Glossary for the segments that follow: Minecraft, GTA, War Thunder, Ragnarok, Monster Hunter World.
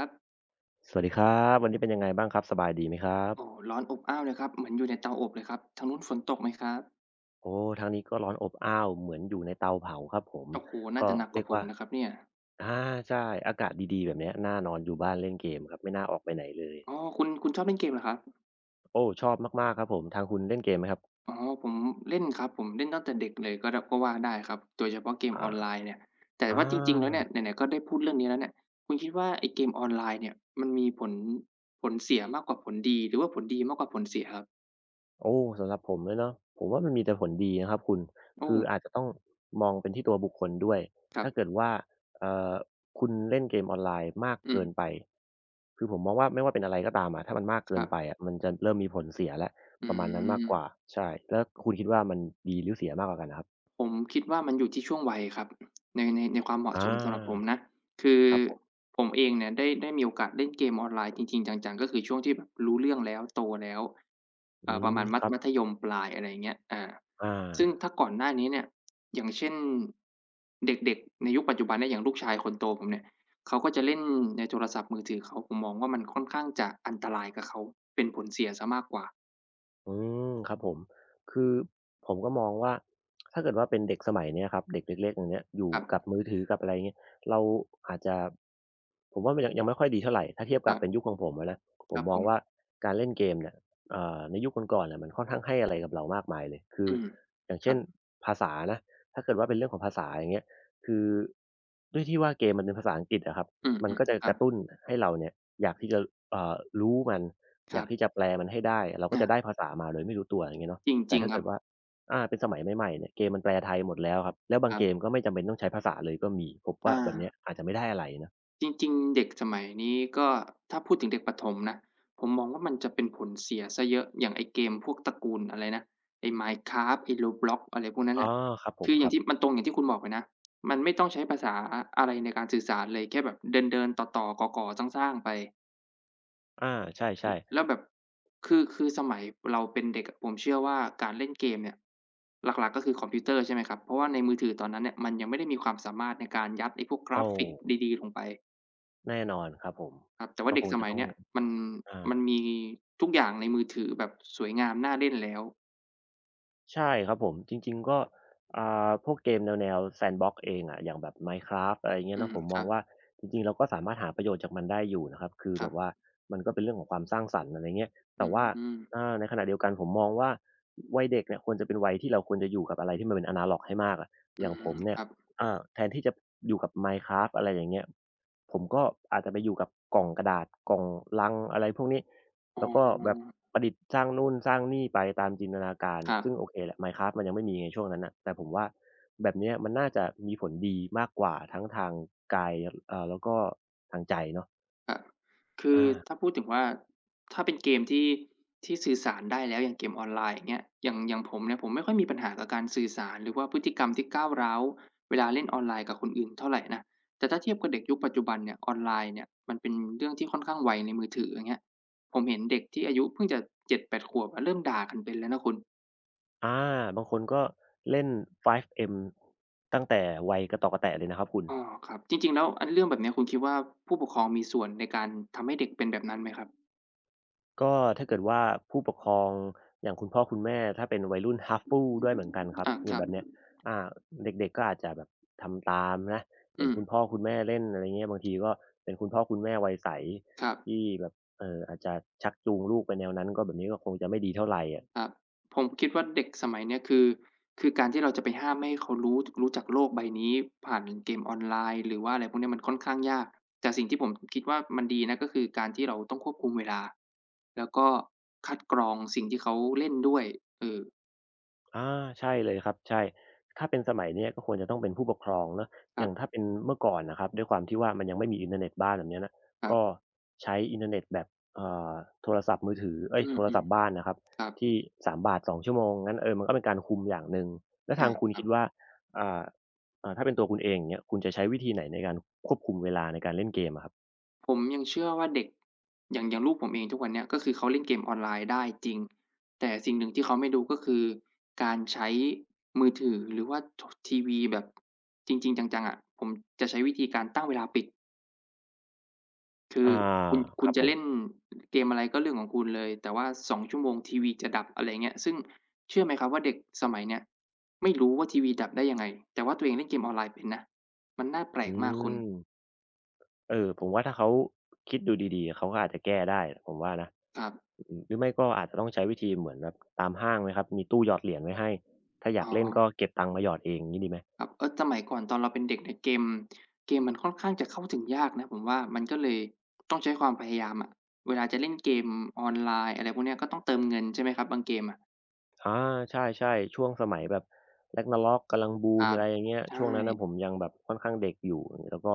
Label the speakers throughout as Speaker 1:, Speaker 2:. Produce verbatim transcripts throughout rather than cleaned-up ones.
Speaker 1: ครับ
Speaker 2: สวัสดีครับวันนี้เป็นยังไงบ้างครับสบายดีไหมครับ
Speaker 1: โอ้ร้อนอบอ้าวเลยครับเหมือนอยู่ในเตาอบเลยครับทางนู้นฝนตกไหมครับ
Speaker 2: โอ้ทางนี้ก็ร้อนอบอ้าวเหมือนอยู่ในเตาเผาครับผม
Speaker 1: โอ้โฮน่า
Speaker 2: ก็
Speaker 1: จะหนักก
Speaker 2: เรี
Speaker 1: ว่า
Speaker 2: ยก
Speaker 1: ผม
Speaker 2: ว่า
Speaker 1: นะครับเนี่ย
Speaker 2: อาใช่อากาศดีๆแบบเนี้ยน่านอนอยู่บ้านเล่นเกมครับไม่น่าออกไปไหนเลย
Speaker 1: อ๋อคุณคุณชอบเล่นเกมเหรอครับ
Speaker 2: โอ้ชอบมากๆครับผมทางคุณเล่นเกมไหมครับ
Speaker 1: อ๋อผมเล่นครับผมเล่นตั้งแต่เด็กเลยก็ดก็ว่าได้ครับโดยเฉพาะเกมอ
Speaker 2: อา
Speaker 1: อนไลน์เนี่ยแต่
Speaker 2: อ
Speaker 1: ว่าจริงๆแล้วเนี่ยไห
Speaker 2: า
Speaker 1: นๆก็ได้พูดเรื่องนี้แล้วเนี่ยคุณคิดว่าไอ้เกมออนไลน์เนี่ยมันมีผลผลเสียมากกว่าผลดีหรือว่าผลดีมากกว่าผลเสียครับ
Speaker 2: โอ้สำหรับผมเลยเนาะผมว่ามันมีแต่ผลดีนะครับคุณ
Speaker 1: โอ้
Speaker 2: คืออาจจะต้องมองเป็นที่ตัวบุคคลด้วย
Speaker 1: ครั
Speaker 2: ถ้าเกิ
Speaker 1: บ
Speaker 2: ดว่าเอ่อคุณเล่นเกมออนไลน์มาก
Speaker 1: อืม
Speaker 2: เกินไปคือผมมองว่าไม่ว่าเป็นอะไรก็ตามอะถ้ามันมาก
Speaker 1: ค
Speaker 2: เกิน
Speaker 1: รั
Speaker 2: ไป
Speaker 1: บ
Speaker 2: อะมันจะเริ่มมีผลเสียแล้ว
Speaker 1: อื
Speaker 2: ประมาณนั้นมากกว่า
Speaker 1: ม
Speaker 2: ใช่แล้วคุณคิดว่ามันดีหรือเสียมากกว่ากันอะครับ
Speaker 1: ผมคิดว่ามันอยู่ที่ช่วงวัยครับในในในความเหมาะ
Speaker 2: อา
Speaker 1: สมสำหรับผมนะคือ
Speaker 2: ครับผม
Speaker 1: ผมเองเนี่ยได้ได้มีโอกาสเล่นเกมออนไลน์จริงๆจังๆก็คือช่วงที่แบบรู้เรื่องแล้วโตแล้ว
Speaker 2: อื
Speaker 1: เอ่อประ
Speaker 2: ม
Speaker 1: มาณมั
Speaker 2: ค
Speaker 1: ธ
Speaker 2: รับ
Speaker 1: มัธยมปลายอะไรอย่างเงี้ยอา
Speaker 2: อา
Speaker 1: ซึ่งถ้าก่อนหน้านี้เนี่ยอย่างเช่นเด็กๆในยุคปัจจุบันเนี่ยอย่างลูกชายคนโตผมเนี่ยเขาก็จะเล่นในโทรศัพท์มือถือเขาผมมองว่ามันค่อนข้างจะอันตรายกับเขาเป็นผลเสียเสียมากกว่า
Speaker 2: อืมครับผมคือผมก็มองว่าถ้าเกิดว่าเป็นเด็กสมัยเนี้ยครับเด็กเล็กๆอย่างเงี้ยอ
Speaker 1: ค
Speaker 2: ยู่
Speaker 1: รั
Speaker 2: กับ
Speaker 1: บ
Speaker 2: มือถือกับอะไรอย่างเงี้ยเราอาจจะผมว่ามันยังยังไม่ค่อยดีเท่าไรถ้าเทียบ
Speaker 1: ค
Speaker 2: กั
Speaker 1: รั
Speaker 2: บเป็น
Speaker 1: บ
Speaker 2: ยุคของผมอะนะผ
Speaker 1: ค
Speaker 2: ม
Speaker 1: รับ
Speaker 2: ม
Speaker 1: ผ
Speaker 2: องว่า
Speaker 1: ม
Speaker 2: การเล่นเกมเนี่ย ก่อนเนี่ยมันค่อนข้างให้อะไรกับเรามากมายเลยคือ
Speaker 1: อืม
Speaker 2: อย่าง
Speaker 1: ครั
Speaker 2: เช่น
Speaker 1: บ
Speaker 2: ภาษานะถ้าเกิดว่าเป็นเรื่องของภาษาอย่างเงี้ยคือด้วยที่ว่าเกมมันเป็นภาษาอังกฤษอะครับ
Speaker 1: อืม
Speaker 2: มันก็จะ
Speaker 1: ๆครั
Speaker 2: ก
Speaker 1: บ
Speaker 2: ระตุ้นให้เราเนี่ยอยากที่จะอ่ารู้มัน
Speaker 1: ค
Speaker 2: อ
Speaker 1: รั
Speaker 2: ยาก
Speaker 1: บ
Speaker 2: ที่จะแปลมันให้ได้เราก็
Speaker 1: อา
Speaker 2: จะได้ภาษามาโดยไม่รู้ตัวอย่างเงี้ยเนาะ
Speaker 1: จ
Speaker 2: แต่
Speaker 1: ริง
Speaker 2: ถ้า
Speaker 1: ๆค
Speaker 2: เกิ
Speaker 1: รับ
Speaker 2: ดว่าอาเป็นสมัยใหม่ๆเนี่ยเกมมันแปลไทยหมดแล้วครับแล้ว
Speaker 1: ค
Speaker 2: บาง
Speaker 1: รับ
Speaker 2: เกมก็ไม่จำเป็นต้องใช้ภาษาเลยก็มีผม
Speaker 1: อา
Speaker 2: ว่าแบบเนี้ยอาจจะไม่ได้อะไรนะ
Speaker 1: จริงๆเด็กสมัยนี้ก็ถ้าพูดถึงเด็กประถมนะผมมองว่ามันจะเป็นผลเสียเสียเยอะอย่างไอ้เกมพวกตระกูลอะไรนะไอ้ Minecraft ไอ้ Roblox อะไรพวกนั้น
Speaker 2: อ๋อ
Speaker 1: น่ะ
Speaker 2: ครับผม
Speaker 1: คืออ
Speaker 2: ค
Speaker 1: ย่าง
Speaker 2: รับ
Speaker 1: ที่มันตรงอย่างที่คุณบอกเลยนะมันไม่ต้องใช้ภาษาอะไรในการสื่อสารเลยแค่แบบเดินๆต่อๆก่อๆสร้างๆไป
Speaker 2: อาใช่
Speaker 1: แล้วแบบคือคือสมัยเราเป็นเด็กอะผมเชื่อว่าการเล่นเกมเนี่ยหลักๆก็คือคอมพิวเตอร์ใช่ไหมครับเพราะว่าในมือถือตอนนั้นเนี่ยมันยังไม่ได้มีความสามารถในการยัดไอ้พวกก
Speaker 2: ๆ
Speaker 1: รา
Speaker 2: โอ้
Speaker 1: ฟิกดีๆลงไป
Speaker 2: แน่นอนครับผม
Speaker 1: ครับแต่ว่า
Speaker 2: ก็
Speaker 1: เด็
Speaker 2: ค
Speaker 1: ก
Speaker 2: ง
Speaker 1: ส
Speaker 2: จะ
Speaker 1: มัย
Speaker 2: ต้อง
Speaker 1: เนี้ยมัน
Speaker 2: อา
Speaker 1: มันมีทุกอย่างในมือถือแบบสวยงามน่าเล่นแล้ว
Speaker 2: ใช่ครับผมจริงๆก็อ่าพวกเกมแนวๆ Sandbox เองอะอย่างแบบ Minecraft อะไรอย่างเงี้ย
Speaker 1: อื
Speaker 2: เนาะ
Speaker 1: ม
Speaker 2: ผม
Speaker 1: ค
Speaker 2: มอ
Speaker 1: รั
Speaker 2: ง
Speaker 1: บ
Speaker 2: ว่าจริงๆเราก็สามารถหาประโยชน์จากมันได้อยู่นะครับคือแบ
Speaker 1: ๆ
Speaker 2: บว่ามันก็เป็นเรื่องของความสร้างสรรค์อะไรเงี้ย
Speaker 1: อื
Speaker 2: แต่ว่า
Speaker 1: ม
Speaker 2: อ่าในขณะเดียวกันผมมองว่าวัยเด็กเนี่ยควรจะเป็นวัยที่เราควรจะอยู่กับอะไรที่มันเป็นอะนาล็อกให้มากอะ
Speaker 1: อื
Speaker 2: อย่างผ
Speaker 1: ม
Speaker 2: ม
Speaker 1: ค
Speaker 2: เนี่ย
Speaker 1: รับ
Speaker 2: อ่าแทนที่จะอยู่กับ Minecraft อะไรอย่างเงี้ยผมก็อาจจะไปอยู่กับกล่องกระดาษกล่องลังอะไรพวกนี้
Speaker 1: อ๋อ
Speaker 2: แล้วก็แบบประดิษฐ์สร้างนู่นสร้างนี่ไปตามจินตนาการ
Speaker 1: ครับ
Speaker 2: ซึ่งโอเคแหละ Minecraft มันยังไม่มีไงช่วงนั้นน่ะแต่ผมว่าแบบเนี้ยมันน่าจะมีผลดีมากกว่าทั้งทางกายเอ่อแล้วก็ทางใจเนาะ
Speaker 1: ครับคือ
Speaker 2: อา
Speaker 1: ถ้าพูดถึงว่าถ้าเป็นเกมที่ที่สื่อสารได้แล้วอย่างเกมออนไลน์อย่างเงี้ยอย่างอย่างผมเนี่ยผมไม่ค่อยมีปัญหากับการสื่อสารหรือว่าพฤติกรรมที่ก้าวร้าวเวลาเล่นออนไลน์กับคนอื่นเท่าไรนะแต่ถ้าเทียบกับเด็กยุคปัจจุบันเนี่ยออนไลน์เนี่ยมันเป็นเรื่องที่ค่อนข้างไวในมือถืออย่างเงี้ยผมเห็นเด็กที่อายุเพิ่งจะเจ็ดถึงแปดขวบอะเริ่มด่ากันเป็นแล้วนะคุณ
Speaker 2: อาบางคนก็เล่น ไฟว์เอ็ม ตั้งแต่วัยกะตอกกะแตะเลยนะครับคุณ
Speaker 1: อ้อครับจริงๆแล้วอันเรื่องแบบเนี้ยคุณคิดว่าผู้ปกครองมีส่วนในการทำให้เด็กเป็นแบบนั้นไหมครับ
Speaker 2: ก็ถ้าเกิดว่าผู้ปกครองอย่างคุณพ่อคุณแม่ถ้าเป็นวัยรุ่น Huffle ด้วยเหมือนกันครับ
Speaker 1: อาค
Speaker 2: เนี่ย
Speaker 1: รับ
Speaker 2: แบบเนี้ยอ่าเด็กๆก็อาจจะแบบทำตามนะเห็
Speaker 1: อื
Speaker 2: น
Speaker 1: ม
Speaker 2: คุณพ่อคุณแม่เล่นอะไรเงี้ยบางทีก็เป็นคุณพ่อคุณแม่วัยใส
Speaker 1: ครับ
Speaker 2: ที่แบบเอ่ออาจจะชักจูงลูกไปแนวนั้นก็แบบนี้ก็คงจะไม่ดีเท่าไรอะ
Speaker 1: ครับผมคิดว่าเด็กสมัยเนี้ยคือคือการที่เราจะไปห้ามไม่ให้เขารู้รู้จักโลกใบนี้ผ่านเกมออนไลน์หรือว่าอะไรพวกเนี้ยมันค่อนข้างยากแต่สิ่งที่ผมคิดว่ามันดีนะก็คือการที่เราต้องควบคุมเวลาแล้วก็คัดกรองสิ่งที่เขาเล่นด้วยเออ
Speaker 2: อาใช่เลยครับใช่ถ้าเป็นสมัยเนี้ยก็ควรจะต้องเป็นผู้ปกครองเนาะ
Speaker 1: ค
Speaker 2: อย่างถ้า
Speaker 1: รั
Speaker 2: เป็นเมื่อก่อนน่ะครับด้วยความที่ว่ามันยังไม่มีอินเทอร์เน็ตบ้านแบบเนี้ยนะ
Speaker 1: บๆ
Speaker 2: ก็ใช้อินเทอร์เน็ตแบบเอ่อโทรศัพท์มือถือเอ๊
Speaker 1: อื
Speaker 2: ยโทรศั
Speaker 1: ม
Speaker 2: พท์บ้านนะครับ
Speaker 1: ๆครับ
Speaker 2: ที่สามบาทสองชั่วโมงงั้นเออมันก็เป็นการคุมอย่างหนึ่งแล้ว
Speaker 1: อา
Speaker 2: ทางคุณ
Speaker 1: ครั
Speaker 2: คิ
Speaker 1: บ
Speaker 2: ดว่าอ่าอ่าถ้าเป็นตัวคุณเองอย่างเงี้ยคุณจะใช้วิธีไหนในการควบคุมเวลาในการเล่นเกมอะครับ
Speaker 1: ผมยังเชื่อว่าเด็กอย่างอย่างลูกผมเองทุกวันเนี้ยก็คือเขาเล่นเกมออนไลน์ได้จริงแต่สิ่งหนึ่งที่เขาไม่รู้ก็คือการใช้มือถือหรือว่าททีวีแบบจริงๆจังๆอะผมจะใช้วิธีการตั้งเวลาปิดคือ
Speaker 2: อา
Speaker 1: คุณ
Speaker 2: ค
Speaker 1: คุณ
Speaker 2: รับ
Speaker 1: จะ
Speaker 2: ผม
Speaker 1: เล่นเกมอะไรก็เรื่องของคุณเลยแต่ว่าสองชั่วโมงทีวีจะดับอะไรอย่างเงี้ยซึ่งเชื่อไหมครับว่าเด็กสมัยเนี้ยไม่รู้ว่าทีวีดับได้ยังไงแต่ว่าตัวเองเล่นเกมออนไลน์เป็นนะมันน่าแปล
Speaker 2: อื
Speaker 1: กมากคุณ
Speaker 2: ม เออผมว่าถ้าเขาคิดดูดีๆเขาก็อาจจะแก้ได้ผมว่านะ
Speaker 1: ครับ
Speaker 2: อืมหรือไม่ก็อาจจะต้องใช้วิธีเหมือนแบบตามห้างไหมครับมีตู้หยอดเหรียญไว้ให้ถ้าอ
Speaker 1: อ๋
Speaker 2: ยา
Speaker 1: อ
Speaker 2: กเล่นก็เก็บตังค์มาหยอดเองงี้ดีไหม
Speaker 1: ครับเออสมัยก่อนตอนเราเป็นเด็กเนี่ยเกมเกมมันค่อนข้างจะเข้าถึงยากนะผมว่ามันก็เลยต้องใช้ความพยายามอะเวลาจะเล่นเกมออนไลน์อะไรพวกเนี้ยก็ต้องเติมเงินใช่ไหมครับบางเกมอะ
Speaker 2: อาใช่ๆช่วงสมัยแบบ Ragnarok กำลังบู
Speaker 1: ค
Speaker 2: ม
Speaker 1: รับ
Speaker 2: อะไรอย่างเงี้ย
Speaker 1: ใช่
Speaker 2: ช่วงนั้นน่ะผมยังแบบค่อนข้างเด็กอยู่แล้วก็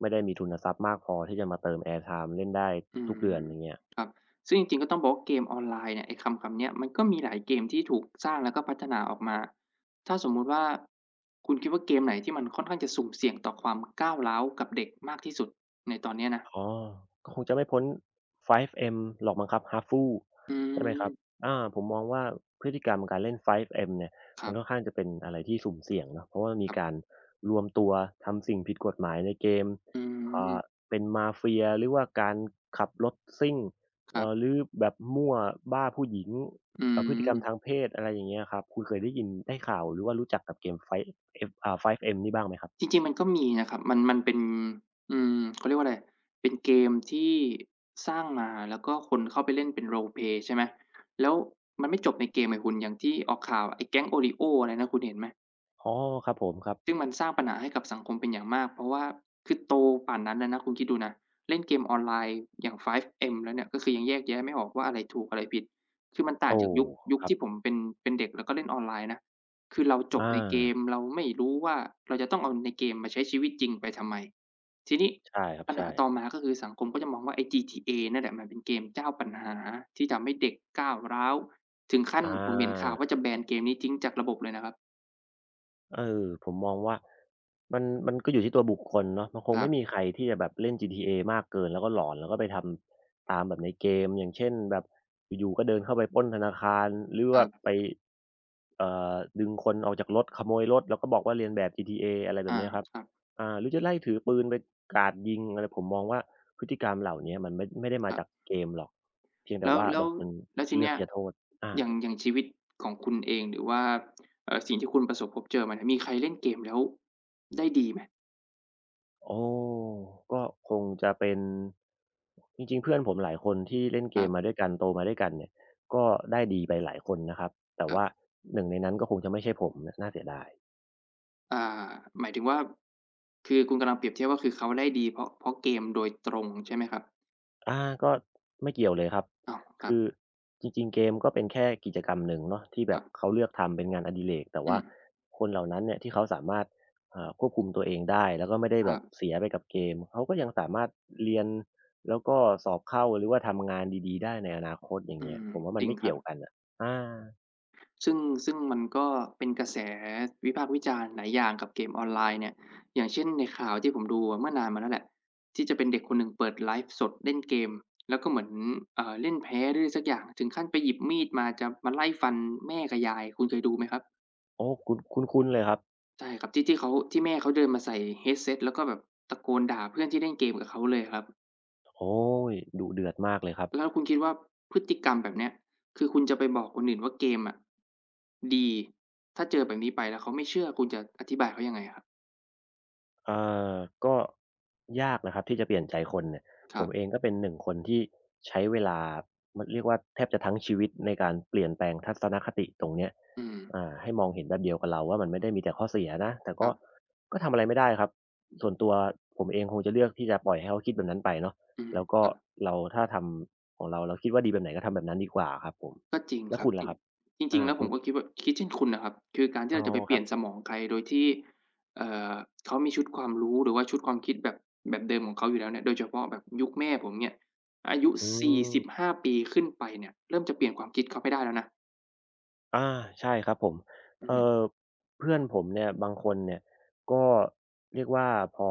Speaker 2: ไม่ได้มีทุนทรัพย์มากพอที่จะมาเติมแอร์ไทม์เล่นได้
Speaker 1: อื
Speaker 2: ทุกเดือน
Speaker 1: ม
Speaker 2: อย่างเงี้ย
Speaker 1: ครับซึ่งจริงๆก็ต้องบอกว่าเกมออนไลน์เนี่ยไอ้คำคำเนี้ยมันก็มีหลายเกมที่ถูกสร้างแล้วก็พัฒนาออกมาถ้าสมมุติว่าคุณคิดว่าเกมไหนที่มันค่อนข้างจะสุ่มเสี่ยงต่อความก้าวร้าวกับเด็กมากที่สุดในตอนเนี้ยนะ
Speaker 2: อ๋อก็คงจะไม่พ้น ไฟว์เอ็ม หรอกมั้งครับ เอช เอ เอฟ ยู
Speaker 1: อื
Speaker 2: ใช่ไหมครับ
Speaker 1: ม
Speaker 2: อาผมมองว่าพฤติกรรมการเล่น ไฟว์เอ็ม เนี่ย
Speaker 1: ค
Speaker 2: มั
Speaker 1: รั
Speaker 2: นค่อน
Speaker 1: บ
Speaker 2: ข้างจะเป็นอะไรที่สุ่มเสี่ยงเนาะเพราะว่ามี
Speaker 1: ๆ
Speaker 2: การรวมตัวทำสิ่งผิดกฎหมายในเกม
Speaker 1: อืม
Speaker 2: อ่าเป็นมาเฟียหรือว่าการขับรถซิ่ง
Speaker 1: ครั
Speaker 2: เอ่อห
Speaker 1: บ
Speaker 2: รือแบบมั่วบ้าผู้หญิง
Speaker 1: อื
Speaker 2: เอ่อพฤติ
Speaker 1: ม
Speaker 2: กรรมทางเพศอะไรอย่างเงี้ยครับคุณเคยได้ยินได้ข่าวหรือว่ารู้จักกับเกม ไฟว์ เอฟ อ่า ไฟว์ เอ็ม นี่บ้างไหมครับ
Speaker 1: จริงๆมันก็มีนะครับมันมันเป็นอืมเขาเรียกว่าอะไรเป็นเกมที่สร้างมาแล้วก็คนเข้าไปเล่นเป็น role play ใช่ไหมแล้วมันไม่จบในเกมไงคุณอย่างที่ออกข่าวไอ้แก๊งโอริโอ้อะไรนะคุณเห็นไหม
Speaker 2: อ๋อครับผมครับ
Speaker 1: ซึ่งมันสร้างปัญหาให้กับสังคมเป็นอย่างมากเพราะว่าคือโตป่านนั้นแล้วนะคุณคิดดูนะเล่นเกมออนไลน์อย่าง ไฟว์ เอ็ม แล้วเนี่ยก็คือยังแยกแยะไม่ออกว่าอะไรถูกอะไรผิดคือมันต่าง
Speaker 2: โอ้
Speaker 1: จากยุคยุค
Speaker 2: ครับ
Speaker 1: ที่ผมเป็นเป็นเด็กแล้วก็เล่นออนไลน์นะคือเราจบ
Speaker 2: อา
Speaker 1: ในเกมเราไม่รู้ว่าเราจะต้องเอาในเกมมาใช้ชีวิตจริงไปทำไมทีนี้
Speaker 2: ใช่ครับ
Speaker 1: ปัญหา
Speaker 2: ใช่
Speaker 1: ต่อมาก็คือสังคมก็จะมองว่าไอ้ จี ที เอ นั่นแหละมันเป็นเกมเจ้าปัญหาที่ทำให้เด็กก้าวร้าวถึงขั้น
Speaker 2: อ
Speaker 1: ผมเห็นข่าว
Speaker 2: า
Speaker 1: ว่าจะแบนเกมนี้ทิ้งจากระบบเลยนะครับ
Speaker 2: เออผมมองว่ามันมันก็อยู่ที่ตัวบุคคลเนาะมันค
Speaker 1: ค
Speaker 2: ง
Speaker 1: รั
Speaker 2: ไม่
Speaker 1: บ
Speaker 2: มีใค
Speaker 1: ๆ
Speaker 2: รที่จะแบบเล่น จี ที เอ มากเกินแล้วก็หลอนแล้วก็ไปทำตามแบบในเกมอย่างเช่นแบบอยู่ๆก็เดินเข้าไปปล้นธนาคารหรือว่า
Speaker 1: อา
Speaker 2: ไปเอ่อดึงคนออกจากรถขโมยรถแล้วก็บอกว่าเลียนแบบ จี ที เอ อะไรแบบเนี้ยครับ
Speaker 1: ครับ
Speaker 2: อ่าหรือจะไล่ถือปืนไปกราดยิงอะไรผมมองว่าพฤติกรรมเหล่าเนี้ยมันไม่ไม่ได้
Speaker 1: ค
Speaker 2: มา
Speaker 1: รับ
Speaker 2: จากเกมหรอกเพียงแต่
Speaker 1: แล้ว
Speaker 2: ว่า
Speaker 1: แล้ว
Speaker 2: บางคน
Speaker 1: แล้วที
Speaker 2: เลือ
Speaker 1: เนี้
Speaker 2: ก
Speaker 1: ย
Speaker 2: ที่จะโทษอา
Speaker 1: อย่างอย่างชีวิตของคุณเองหรือว่าเอ่อสิ่งที่คุณประสบพบเจอมาเนี่ยมีใครเล่นเกมแล้วได้ดีไหม
Speaker 2: โอ้ก็คงจะเป็นจริงๆ เพื่อนผมหลายคนที่เล่น
Speaker 1: ค
Speaker 2: เก
Speaker 1: รั
Speaker 2: มมา
Speaker 1: บ
Speaker 2: ด้วยกันโตมาด้วยกันเนี่ยก็ได้ดีไปหลายคนนะครับแต่
Speaker 1: ครั
Speaker 2: ว่า
Speaker 1: บ
Speaker 2: หนึ่งในนั้นก็คงจะไม่ใช่ผมนน่าเสียดาย
Speaker 1: อ่าหมายถึงว่าคือคุณกำลังเปรียบเทียบว่าคือเขาได้ดีเพราะเพราะเกมโดยตรงใช่ไหมครับ
Speaker 2: อาก็ไม่เกี่ยวเลยครับ
Speaker 1: อ้าวครั
Speaker 2: คือจริงๆเกมก็เป็นแค่กิจกรรมหนึ่งเนาะที่
Speaker 1: บ
Speaker 2: แบบ
Speaker 1: ๆ
Speaker 2: เขาเลือกทำเป็นงานอดิเรกแต่
Speaker 1: อื
Speaker 2: ว่า
Speaker 1: ม
Speaker 2: คนเหล่านั้นเนี่ยที่เขาสามารถอ่าควบคุมตัวเองได้แล้วก็ไม่ได้
Speaker 1: ค
Speaker 2: แบ
Speaker 1: รั
Speaker 2: บ
Speaker 1: บ
Speaker 2: เสียไปกับเกมเขาก็ยังสามารถเรียนแล้วก็สอบเข้าหรือว่าทำงานดีๆได้ในอนาคตอย่าง
Speaker 1: อื
Speaker 2: เงี้ย
Speaker 1: ม
Speaker 2: ผมว่า
Speaker 1: จ
Speaker 2: มัน
Speaker 1: ริง
Speaker 2: ไม่
Speaker 1: ครั
Speaker 2: เกี่
Speaker 1: บ
Speaker 2: ยวกันอ่ะอา
Speaker 1: ซึ่งซึ่งมันก็เป็นกระแสวิพากษ์วิจารณ์หลายอย่างกับเกมออนไลน์เนี่ยอย่างเช่นในข่าวที่ผมดูอะเมื่อนานมาแล้วแหละที่จะเป็นเด็กคนหนึ่งเปิดไลฟ์สดเล่นเกมแล้วก็เหมือนอ่าเล่นแพ้หรือสักอย่างถึงขั้นไปหยิบมีดมาจะมาไล่ฟันแม่กับยายคุณเคยดูไหมครับ
Speaker 2: โอ้คุ้นคุ้นๆเลยครับ
Speaker 1: ใช่ครับที่ที่เขาที่แม่เขาเดินมาใส่ headset แล้วก็แบบตะโกนด่าเพื่อนที่เล่นเกมกับเขาเลยครับ
Speaker 2: โอ้โฮดุเดือดมากเลยครับ
Speaker 1: แล้วคุณคิดว่าพฤติกรรมแบบเนี้ยคือคุณจะไปบอกคนอื่นว่าเกมอะดีถ้าเจอแบบนี้ไปแล้วเขาไม่เชื่อคุณจะอธิบายเขายังไงอะครับ
Speaker 2: เอ่อก็ยากนะครับที่จะเปลี่ยนใจคนเนี่ย
Speaker 1: ค
Speaker 2: ผ
Speaker 1: รั
Speaker 2: มเอ
Speaker 1: บ
Speaker 2: งก็เป็นหนึ่งคนที่ใช้เวลามันเรียกว่าแทบจะทั้งชีวิตในการเปลี่ยนแปลงทัศนคติตรงเนี้ย
Speaker 1: อืม
Speaker 2: อ่าให้มองเห็นแบบเดียวกับเราว่ามันไม่ได้มีแต่ข้อเสียนะแต่
Speaker 1: ค
Speaker 2: ก็
Speaker 1: รับ
Speaker 2: ก็ทำอะไรไม่ได้ครับส่วนตัวผมเองคงจะเลือกที่จะปล่อยให้เขาคิดแบบนั้นไปเนาะ
Speaker 1: อืม
Speaker 2: แล้วก็
Speaker 1: ครับ
Speaker 2: เราถ้าทำของเราเราคิดว่าดีแบบไหนก็ทำแบบนั้นดีกว่าครับผม
Speaker 1: ก็จริง
Speaker 2: แล้
Speaker 1: ค
Speaker 2: ว
Speaker 1: รับ
Speaker 2: คุณล่ะครับ
Speaker 1: จริงจริ
Speaker 2: อา
Speaker 1: งๆแล้วผ
Speaker 2: คุณ
Speaker 1: มก็คิดว่าคิดเช่นคุณน่ะครับคือการที่
Speaker 2: อ๋อ
Speaker 1: เราจะไปเป
Speaker 2: ค
Speaker 1: ลี่
Speaker 2: รั
Speaker 1: ยนส
Speaker 2: บ
Speaker 1: มองใครโดยที่เอ่อเขามีชุดความรู้หรือว่าชุดความคิดแบบแบบเดิมของเขาอยู่แล้วเนี่ยโดยเฉพาะแบบยุคแม่ผมเนี่ยอายุ
Speaker 2: อื
Speaker 1: สี่สิบ
Speaker 2: ม
Speaker 1: ห้าปีขึ้นไปเนี่ยเริ่มจะเปลี่ยนความคิดเขาไม่ได้แล้วนะ
Speaker 2: อาใช่ครับผม
Speaker 1: อื
Speaker 2: เอ่
Speaker 1: ม
Speaker 2: อเพื่อนผมเนี่ยบางคนเนี่ยก็เรียกว่าพอ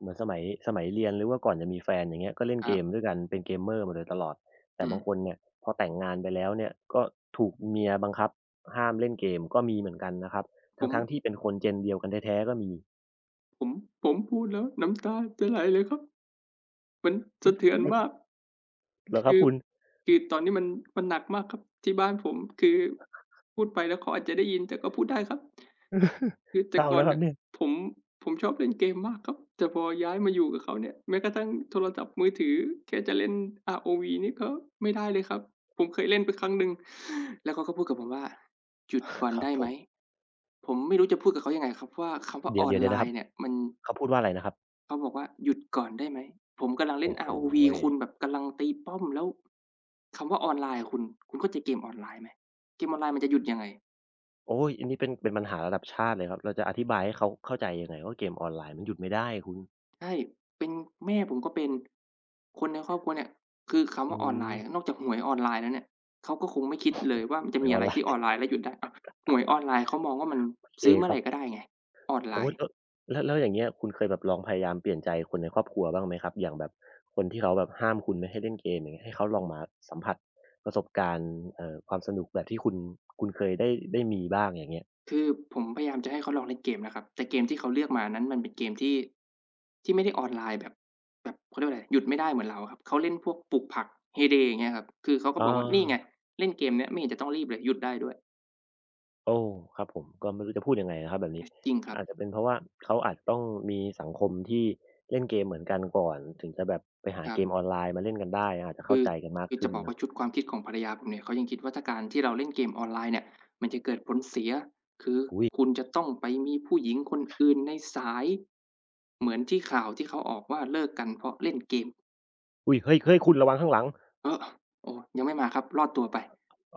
Speaker 2: เหมือนสมัยสมัยเรียนหรือว่าก่อนจะมีแฟนอย่างเงี้ยก็เล่น
Speaker 1: ครั
Speaker 2: เกม
Speaker 1: บ
Speaker 2: ด้วยกันเป็น gamer มาโดยตลอดแต่
Speaker 1: อืม
Speaker 2: บางคนเนี่ยพอแต่งงานไปแล้วเนี่ยก็ถูกเมียบังคับห้ามเล่นเกมก็มีเหมือนกันนะครับ
Speaker 1: ผ
Speaker 2: ทั้งๆที่
Speaker 1: ม
Speaker 2: เป็นคน gen เดียวกันแท้ๆก็มี
Speaker 1: ผมผมพูดแล้วน้ำตาจะไหลเลยครับมันสะเทือนมาก
Speaker 2: เหรอครั
Speaker 1: คื
Speaker 2: บ
Speaker 1: อ
Speaker 2: คุณ
Speaker 1: คือตอนนี้มันมันหนักมากครับที่บ้านผมคือพูดไปแล้วเขาอาจจะได้ยินแต่ก็พูดได้ครับคือ
Speaker 2: เศ
Speaker 1: แต่
Speaker 2: ร้า
Speaker 1: ก่อน
Speaker 2: นะครั
Speaker 1: เนี่
Speaker 2: บ
Speaker 1: ย
Speaker 2: เนี่ย
Speaker 1: ผมผมชอบเล่นเกมมากครับแต่พอย้ายมาอยู่กับเขาเนี่ยแม้กระทั่งโทรศัพท์มือถือแค่จะเล่น อาร์ โอ วี นี่ก็ไม่ได้เลยครับผมเคยเล่นไปครั้งหนึ่งแล้วเขาก็พูดกับผมว่าหยุดก่อน
Speaker 2: ครับ
Speaker 1: ได้
Speaker 2: ผ
Speaker 1: ไหม
Speaker 2: ม
Speaker 1: ผมไม่รู้จะพูดกับเขายังไงครับว่าคำว่า
Speaker 2: เดี๋
Speaker 1: อ
Speaker 2: ยว
Speaker 1: อน
Speaker 2: เดี๋ยวเดี๋
Speaker 1: ไล
Speaker 2: ยวนะครับ
Speaker 1: น์เนี่ยมัน
Speaker 2: เขาพูดว่าอะไรนะครับ
Speaker 1: เขาบอกว่าหยุดก่อนได้ไหมผมกำลังเล่น
Speaker 2: โอ้โฮ
Speaker 1: อาร์ โอ วี คุณแบบกำลังตีป้อมแล้วคำว่าออนไลน์อะคุณคุณเข้าใจเกมออนไลน์ไหมเกมออนไลน์มันจะหยุดยังไง
Speaker 2: โอ๊ยอันนี้เป็นเป็นปัญหาระดับชาติเลยครับเราจะอธิบายให้เขาเข้าใจยังไงว่าเกมออนไลน์มันหยุดไม่ได้คุณ
Speaker 1: ใช่เป็นแม่ผมก็เป็นคนในครอบครัวเนี่ยคือคำ
Speaker 2: อื
Speaker 1: ว่าออนไล
Speaker 2: ม
Speaker 1: น์นอกจากหวยออนไลน์แล้วเนี่ยเขาก็คงไม่คิดเลยว่ามันจะ
Speaker 2: หวย
Speaker 1: มี
Speaker 2: ออ
Speaker 1: อะไร
Speaker 2: นไล
Speaker 1: ที่
Speaker 2: น์
Speaker 1: ออนไล น์แล้วหยุดได้อ้าวหวยออนไลน์เขามองว่ามัน
Speaker 2: โอเค
Speaker 1: ซื้อเมื่
Speaker 2: ค
Speaker 1: อ
Speaker 2: รั
Speaker 1: ไรก็
Speaker 2: บ
Speaker 1: ได้ไงออนไล
Speaker 2: โอ๊ย
Speaker 1: น์
Speaker 2: แล้วแล้วแล้วอย่างเงี้ยคุณเคยแบบลองพยายามเปลี่ยนใจคนในครอบครัวบ้างไหมครับอย่างแบบคนที่เขาแบบห้ามคุณไม่ให้เล่นเกมอย่างเงี้ยให้เขาลองมาสัมผัสประสบการณ์เอ่อความสนุกแบบที่คุณคุณเคยได้ได้มีบ้างอย่างเงี้ย
Speaker 1: คือผมพยายามจะให้เขาลองเล่นเกมนะครับแต่เกมที่เขาเลือกมานั้นมันเป็นเกมที่ที่ไม่ได้ออนไลน์แบบแบบเขาเรียกว่าอะไรหยุดไม่ได้เหมือนเราอะครับเขาเล่นพวกปลูกผัก Hay Day อย่างเงี้ยครับคือเขาก็บ
Speaker 2: อา
Speaker 1: อกว่านี่ไงเล่นเกมเนี้ยไม่เห็นจะต้องรีบเลยหยุดได้ด้วย
Speaker 2: โอ้ครับผมก็ไม่รู้จะพูดยังไงนะครับแบบ
Speaker 1: เอ
Speaker 2: นี้
Speaker 1: อจริงครับ
Speaker 2: อาจจะเป็นเพราะว่าเขาอาจจะต้องมีสังคมที่เล่นเกมเหมือนกันก่อนถึงจะแบบไปหา
Speaker 1: ครั
Speaker 2: เก
Speaker 1: บ
Speaker 2: มออนไลน์มาเล่นกันได้อาจจะ
Speaker 1: คื
Speaker 2: เข้า
Speaker 1: อ
Speaker 2: ใจกันมาก
Speaker 1: คือจะ
Speaker 2: ขึ้น
Speaker 1: บอก
Speaker 2: เนาะ
Speaker 1: ว่าชุดความคิดของภรรยาผมเนี่ยเขายังคิดว่าถ้าการที่เราเล่นเกมออนไลน์เนี่ยมันจะเกิดผลเสียคือ
Speaker 2: อุ๊ย
Speaker 1: คุณจะต้องไปมีผู้หญิงคนอื่นในสายเหมือนที่ข่าวที่เขาออกว่าเลิกกันเพราะเล่นเกม
Speaker 2: อุ๊ยเฮ้ยเฮ้ยคุณระวังข้างหลัง
Speaker 1: เออโอ้ยังไม่มาครับรอดตัวไป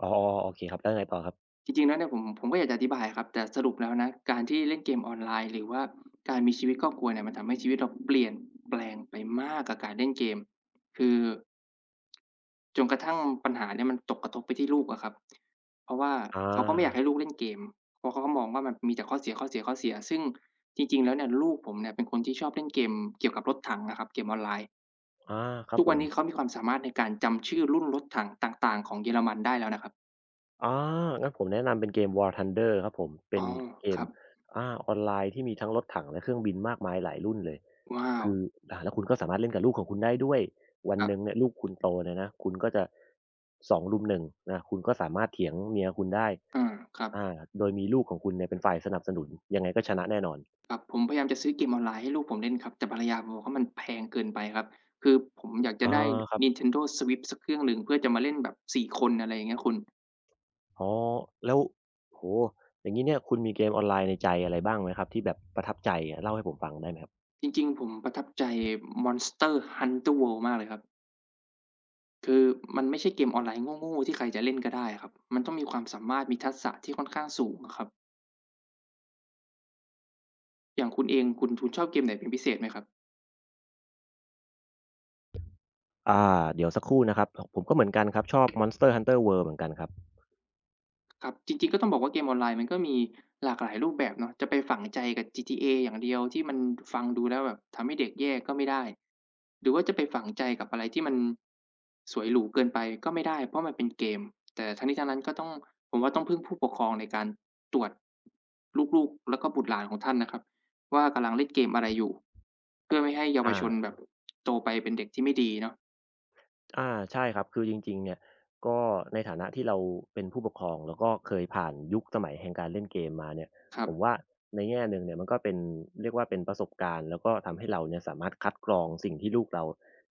Speaker 2: อ๋อๆโอเคครับแล้วยังไงต่อครับ
Speaker 1: จริงๆแล้วเนี่ยผมผมก็อยากจะอธิบายอะครับแต่สรุปแล้วนะการที่เล่นเกมออนไลน์หรือว่าการมีชีวิตครอบครัวเนี่ยมันทำให้ชีวิตเราเปลี่ยนแปลงไปมากกับการเล่นเกมคือจนกระทั่งปัญหาเนี่ยมันตกกระทบไปที่ลูกอะครับเพราะว่า
Speaker 2: อ
Speaker 1: เขาก็ไม่อยาก
Speaker 2: า
Speaker 1: ให้ลูกเล่นเกมเพราะเขาก็มองว่ามันมีแต่ข้อเสียข้อเสียข้อเสียซึ่งจริงๆแล้วเนี่ยลูกผมเนี่ยเป็นคนที่ชอบเล่นเกมเกี่ยวกับรถถังอะครับเกมออนไลน์
Speaker 2: อาครับ
Speaker 1: ทุก
Speaker 2: ผ
Speaker 1: วัน
Speaker 2: ม
Speaker 1: นี้เขามีความสามารถในการจำชื่อรุ่นรถถังต่างๆของเยอรมันได้แล้วนะครับ
Speaker 2: อางั้นผมแนะนำเป็นเกม War Thunder ครับผม เป็
Speaker 1: อ๋อ
Speaker 2: นเก
Speaker 1: ค
Speaker 2: ม
Speaker 1: รับ
Speaker 2: อาออนไลน์ที่มีทั้งรถถังและเครื่องบินมากมายหลายรุ่นเลย
Speaker 1: ว้าว
Speaker 2: คืออาแล้วคุณก็สามารถเล่นกับลูกของคุณได้ด้วย วัน
Speaker 1: ครั
Speaker 2: หนึ่ง
Speaker 1: บ
Speaker 2: เนี่ยลูกคุณโตเนี่ยนะ คุณก็จะสองรุมหนงนะคุณก็สามารถเถียงเมียคุณได้
Speaker 1: อาครับ
Speaker 2: อาโดยมีลูกของคุณเนี่ยเป็นฝ่ายสนับสนุน ยังไงก็ชนะแน่นอน
Speaker 1: ครับผมพยายามจะซื้อเกมออนไลน์ให้ลูกผมเล่นครับแต่ภรรยาผมบอกว่ามันแพงเกินไปครับคือผมอยากจะ
Speaker 2: อา
Speaker 1: ได้
Speaker 2: ครับ
Speaker 1: Nintendo Switch สักเครื่องหนึ่งเพื่อจะมาเล่นแบบสี่คนอะไรอย่างเงี้ยคุณ
Speaker 2: อ๋อแล้วโอ้โฮอย่างงี้เนี่ยคุณมีเกมออนไลน์ในใจอะไรบ้างไหมครับที่แบบประทับใจอะเล่าให้ผมฟังได้ไหมครับ
Speaker 1: จริงๆผมประทับใจ Monster Hunter World มากเลยครับคือมันไม่ใช่เกมออนไลน์โง่ๆที่ใครจะเล่นก็ได้อะครับมันต้องมีความสามารถมีทักษะที่ค่อนข้างสูงอะครับอย่างคุณเองคุณคุณชอบเกมไหนเป็นพิเศษไหมครับ
Speaker 2: อ่าเดี๋ยวสักครู่นะครับผมก็เหมือนกันครับชอบ Monster Hunter World เหมือนกันครับ
Speaker 1: ครับจริงๆก็ต้องบอกว่าเกมออนไลน์มันก็มีหลากหลายรูปแบบเนาะจะไปฝังใจกับ จี ที เอ อย่างเดียวที่มันฟังดูแล้วแบบทำให้เด็กแย่ก็ไม่ได้หรือว่าจะไปฝังใจกับอะไรที่มันสวยหรูเกินไปก็ไม่ได้เพราะมันเป็นเกมแต่ทั้งนี้ทั้งนั้นก็ต้องผมว่าต้องพึ่งผู้ปกครองในการตรวจลูกๆแล้วก็บุตรหลานของท่านนะครับว่ากำลังเล่นเกมอะไรอยู่เพื่อไม่ให้เยาว
Speaker 2: อา
Speaker 1: ชนแบบโตไปเป็นเด็กที่ไม่ดีเนาะ
Speaker 2: อาใช่ครับคือจริงๆเนี่ยก็ในฐานะที่เราเป็นผู้ปกครองแล้วก็เคยผ่านยุคสมัยแห่งการเล่นเกมมาเนี่ย
Speaker 1: ครั
Speaker 2: ผ
Speaker 1: บ
Speaker 2: มว่าในแง่หนึ่งเนี่ยมันก็เป็นเรียกว่าเป็นประสบการณ์แล้วก็ทำให้เราเนี่ยสามารถคัดกรองสิ่งที่ลูกเรา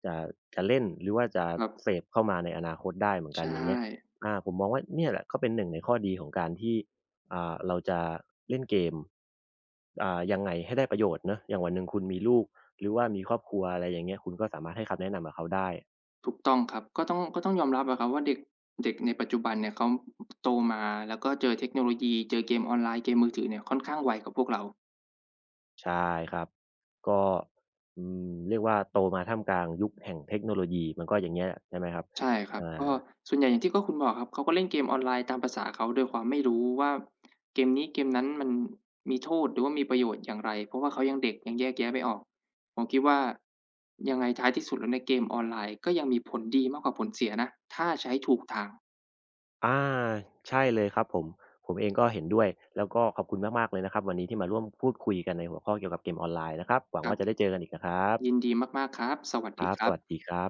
Speaker 2: จะจะเล่นหรือว่าจะ
Speaker 1: แบบ
Speaker 2: เสพเข้ามาในอนาคตได้เหมือนกัน
Speaker 1: ใช่
Speaker 2: อย่างเงี้ยอ่าผมมองว่าเนี่ยแหละก็เป็นหนึ่งในข้อดีของการที่อ่าเราจะเล่นเกมอ่ายังไงให้ได้ประโยชน์เนาะอย่างวันหนึ่งคุณมีลูกหรือว่ามีครอบครัวอะไรอย่างเงี้ยคุณก็สามารถให้คำแนะนำกับเขาได้
Speaker 1: ถูกต้องครับก็ต้องก็ต้องยอมรับอะครับว่าเด็กเด็กในปัจจุบันเนี่ยเขาโตมาแล้วก็เจอเทคโนโลยีเจอเกมออนไลน์เกมมือถือเนี่ยค่อนข้างไวกว่าพวกเรา
Speaker 2: ใช่ครับ ก็อืมเรียกว่าโตมาท่ามกลางยุคแห่งเทคโนโลยีมันก็อย่างเงี้ยใช่ไหมครับ
Speaker 1: ใช่ครั
Speaker 2: อ่
Speaker 1: บก็
Speaker 2: า
Speaker 1: ส่วนใหญ่อย่างที่ก็คุณบอกครับเขาก็เล่นเกมออนไลน์ตามประสาเขาโดยความไม่รู้ว่าเกมนี้เกมนั้นมันมีโทษหรือว่ามีประโยชน์อย่างไรเพราะว่าเขายังเด็กยังแยกแยะไม่ออกผมคิดว่ายังไงท้ายที่สุดแล้วในเกมออนไลน์ก็ยังมีผลดีมากกว่าผลเสียนะถ้าใช้ถูกทาง
Speaker 2: อาใช่เลยครับผม ผมเองก็เห็นด้วย แล้วก็ขอบคุณมากๆเลยนะครับวันนี้ที่มาร่วมพูดคุยกันในหัวข้อเกี่ยวกับเกมออนไลน์นะครับ หวัง
Speaker 1: ครั
Speaker 2: ว่าจะได้
Speaker 1: บ
Speaker 2: เจอกันอีกนะครั
Speaker 1: ยิน
Speaker 2: บ
Speaker 1: ดีมากๆครับสวัส
Speaker 2: ค
Speaker 1: ดี
Speaker 2: รับ
Speaker 1: ค
Speaker 2: ส
Speaker 1: รับ
Speaker 2: วัสดีครับ